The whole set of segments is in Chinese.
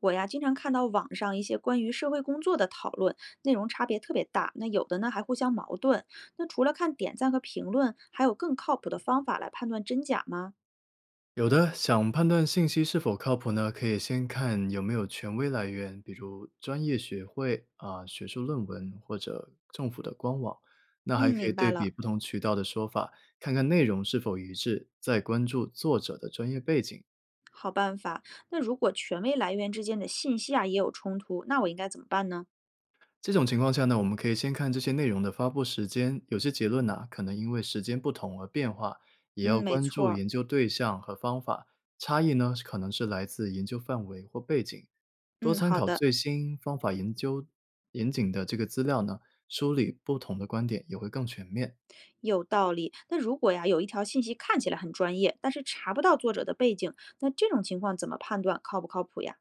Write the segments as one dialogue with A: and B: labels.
A: 我呀，经常看到网上一些关于社会工作的讨论，内容差别特别大，那有的呢还互相矛盾。那除了看点赞和评论，还有更靠谱的方法来判断真假吗？
B: 有的，想判断信息是否靠谱呢，可以先看有没有权威来源，比如专业学会啊、学术论文或者政府的官网。那还
A: 嗯，
B: 可以
A: 明
B: 对
A: 白
B: 比
A: 了，
B: 不同渠道的说法，看看内容是否一致，再关注作者的专业背景。
A: 好办法。那如果权威来源之间的信息啊也有冲突，那我应该怎么办呢？
B: 这种情况下呢，我们可以先看这些内容的发布时间，有些结论呢可能因为时间不同而变化，也要
A: 嗯，没
B: 关
A: 错
B: 注
A: 儿。
B: 研究对象和方法差异呢，可能是来自研究范围或背景。多
A: 嗯，
B: 参
A: 好
B: 考
A: 的，
B: 最新方法研究严谨的这个资料呢，梳理不同的观点也会更全面。
A: 有道理。那如果呀，有一条信息看起来很专业，但是查不到作者的背景，那这种情况怎么判断靠不靠谱呀？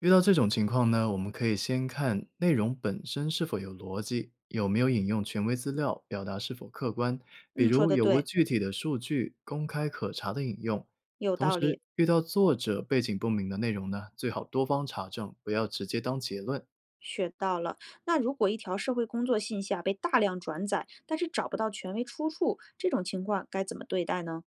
B: 遇到这种情况呢，我们可以先看内容本身是否有逻辑，有没有引用权威资料，表达是否客观，比
A: 嗯，说
B: 如
A: 的
B: 有无
A: 对，
B: 具体的数据、公开可查的引用。
A: 有
B: 同
A: 道理。
B: 时，遇到作者背景不明的内容呢，最好多方查证，不要直接当结论。
A: 学到了。那如果一条社会工作信息啊被大量转载，但是找不到权威出处，这种情况该怎么对待呢？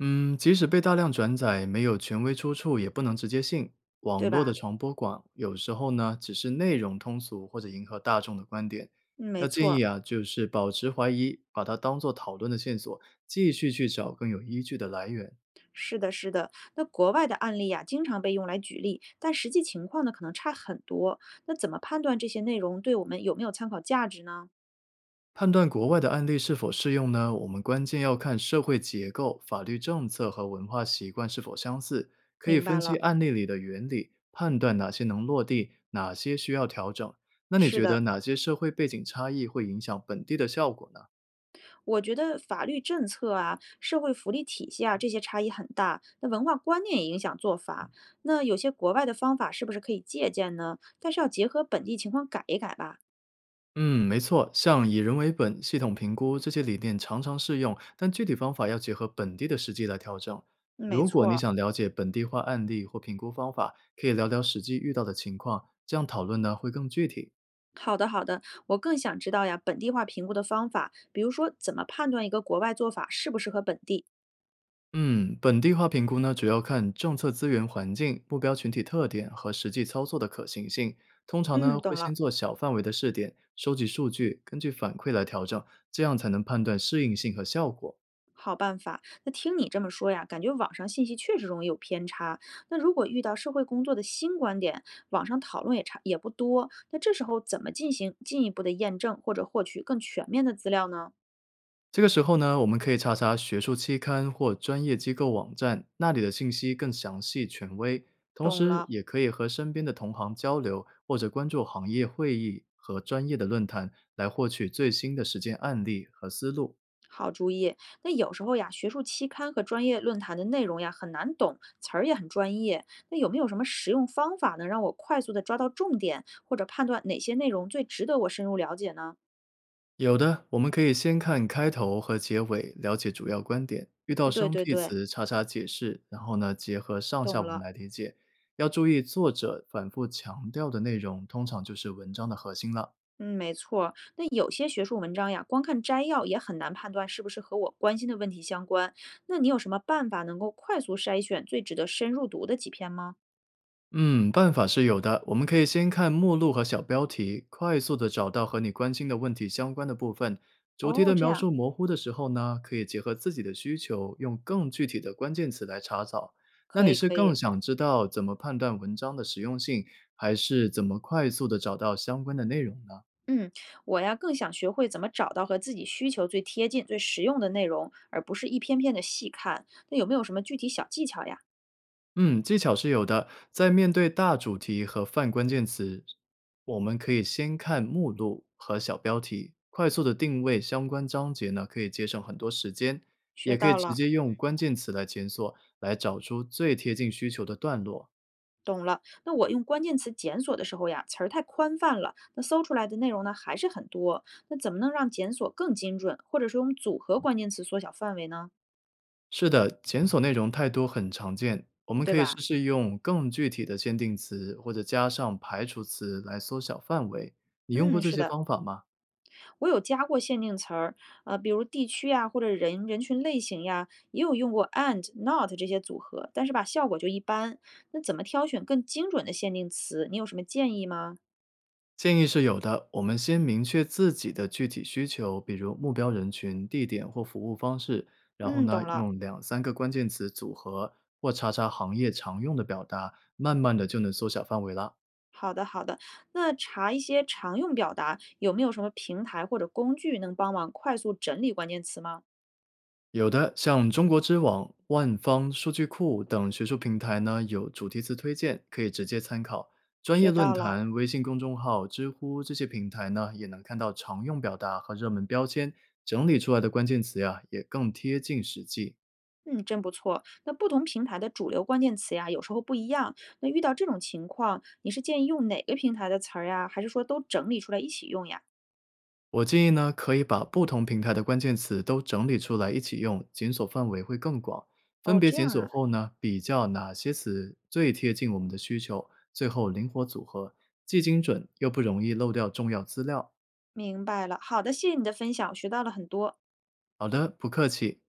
B: 嗯，即使被大量转载，没有权威出处，也不能直接信。
A: 对
B: 网络的
A: 吧？
B: 传播广，有时候呢，只是内容通俗或者迎合大众的观点。
A: 嗯，没
B: 要
A: 错
B: 建议
A: 儿，
B: 啊，就是保持怀疑，把它当做讨论的线索，继续去找更有依据的来源。
A: 是的，是的。那国外的案例啊，经常被用来举例，但实际情况呢，可能差很多。那怎么判断这些内容对我们有没有参考价值呢？
B: 判断国外的案例是否适用呢？我们关键要看社会结构、法律政策和文化习惯是否相似，可以
A: 明
B: 分
A: 白
B: 析
A: 了，
B: 案例里的原理，判断哪些能落地，哪些需要调整。那你
A: 是
B: 觉得
A: 的。
B: 哪些社会背景差异会影响本地的效果呢？
A: 我觉得法律政策啊、社会福利体系啊，这些差异很大。那文化观念也影响做法。那有些国外的方法是不是可以借鉴呢？但是要结合本地情况改一改吧。
B: 嗯，没错，像以人为本、系统评估这些理念常常适用，但具体方法要结合本地的实际来调整。
A: 嗯没
B: 如果
A: 错
B: 你
A: 儿。
B: 想了解本地化案例或评估方法，可以聊聊实际遇到的情况，这样讨论呢会更具体。
A: 好的，好的。我更想知道呀，本地化评估的方法，比如说怎么判断一个国外做法适不适合本地。
B: 嗯，本地化评估呢，主要看政策资源环境、目标群体特点和实际操作的可行性。通常呢，
A: 嗯，
B: 会
A: 懂
B: 先
A: 了。
B: 做小范围的试点，收集数据，根据反馈来调整，这样才能判断适应性和效果。
A: 好办法，那听你这么说呀，感觉网上信息确实容易有偏差。那如果遇到社会工作的新观点，网上讨论也差也不多，那这时候怎么进行进一步的验证或者获取更全面的资料呢？
B: 这个时候呢，我们可以查查学术期刊或专业机构网站，那里的信息更详细、权威。同
A: 懂
B: 时，
A: 了，
B: 也可以和身边的同行交流，或者关注行业会议和专业的论坛，来获取最新的实践案例和思路。
A: 好主意。那有时候呀，学术期刊和专业论坛的内容呀很难懂，词儿也很专业。那有没有什么实用方法能让我快速的抓到重点，或者判断哪些内容最值得我深入了解呢？
B: 有的，我们可以先看开头和结尾，了解主要观点。遇到
A: 对
B: 生
A: 对
B: 僻
A: 对，
B: 词，查查解释，然后呢，结合上
A: 懂
B: 下文
A: 了。
B: 来理解。要注意，作者反复强调的内容，通常就是文章的核心了。
A: 嗯，没错。那有些学术文章呀，光看摘要也很难判断是不是和我关心的问题相关。那你有什么办法能够快速筛选最值得深入读的几篇吗？
B: 嗯，办法是有的。我们可以先看目录和小标题，快速的找到和你关心的问题相关的部分。主题
A: 哦，
B: 的
A: 这
B: 描
A: 样，
B: 述模糊的时候呢，可以结合自己的需求，用更具体的关键词来查找。那
A: 可
B: 你
A: 以，
B: 是
A: 可
B: 更
A: 以。
B: 想知道怎么判断文章的实用性，还是怎么快速的找到相关的内容呢？
A: 嗯，我呀更想学会怎么找到和自己需求最贴近、最实用的内容，而不是一篇篇的细看。那有没有什么具体小技巧呀？
B: 嗯，技巧是有的。在面对大主题和泛关键词，我们可以先看目录和小标题，快速的定位相关章节呢，可以节省很多时间。也
A: 学
B: 可以
A: 到
B: 直
A: 了。
B: 接用关键词来检索，来找出最贴近需求的段落。
A: 懂了，那我用关键词检索的时候呀，词儿太宽泛了，那搜出来的内容呢还是很多。那怎么能让检索更精准，或者是用组合关键词缩小范围呢？
B: 是的，检索内容太多很常见，我们
A: 对
B: 可以试
A: 吧？
B: 试用更具体的限定词或者加上排除词来缩小范围。你用过
A: 嗯，
B: 这
A: 是
B: 些
A: 的，
B: 方法吗？
A: 我有加过限定词儿，比如地区呀，或者人人群类型呀，也有用过 and、not 这些组合，但是吧，效果就一般。那怎么挑选更精准的限定词？你有什么建议吗？
B: 建议是有的，我们先明确自己的具体需求，比如目标人群、地点或服务方式，然后
A: 嗯，
B: 呢，
A: 懂了。
B: 用两三个关键词组合或查查行业常用的表达，慢慢的就能缩小范围啦。
A: 好的，好的。那查一些常用表达，有没有什么平台或者工具能帮忙快速整理关键词吗？
B: 有的像中国知网、万方数据库等学术平台呢，有主题词推荐，可以直接参考。专业
A: 学
B: 论
A: 到了，
B: 坛、微信公众号、知乎这些平台呢，也能看到常用表达和热门标签，整理出来的关键词呀，也更贴近实际。
A: 嗯，真不错。那不同平台的主流关键词呀，有时候不一样。那遇到这种情况，你是建议用哪个平台的词儿呀？还是说都整理出来一起用呀？
B: 我建议呢，可以把不同平台的关键词都整理出来一起用，检索范围会更广。分
A: 哦，
B: 别
A: 这
B: 检
A: 样
B: 索
A: 啊，
B: 后呢，比较哪些词最贴近我们的需求，最后灵活组合，既精准又不容易漏掉重要资料。
A: 明白了。好的，谢谢你的分享，我学到了很多。
B: 好的，不客气。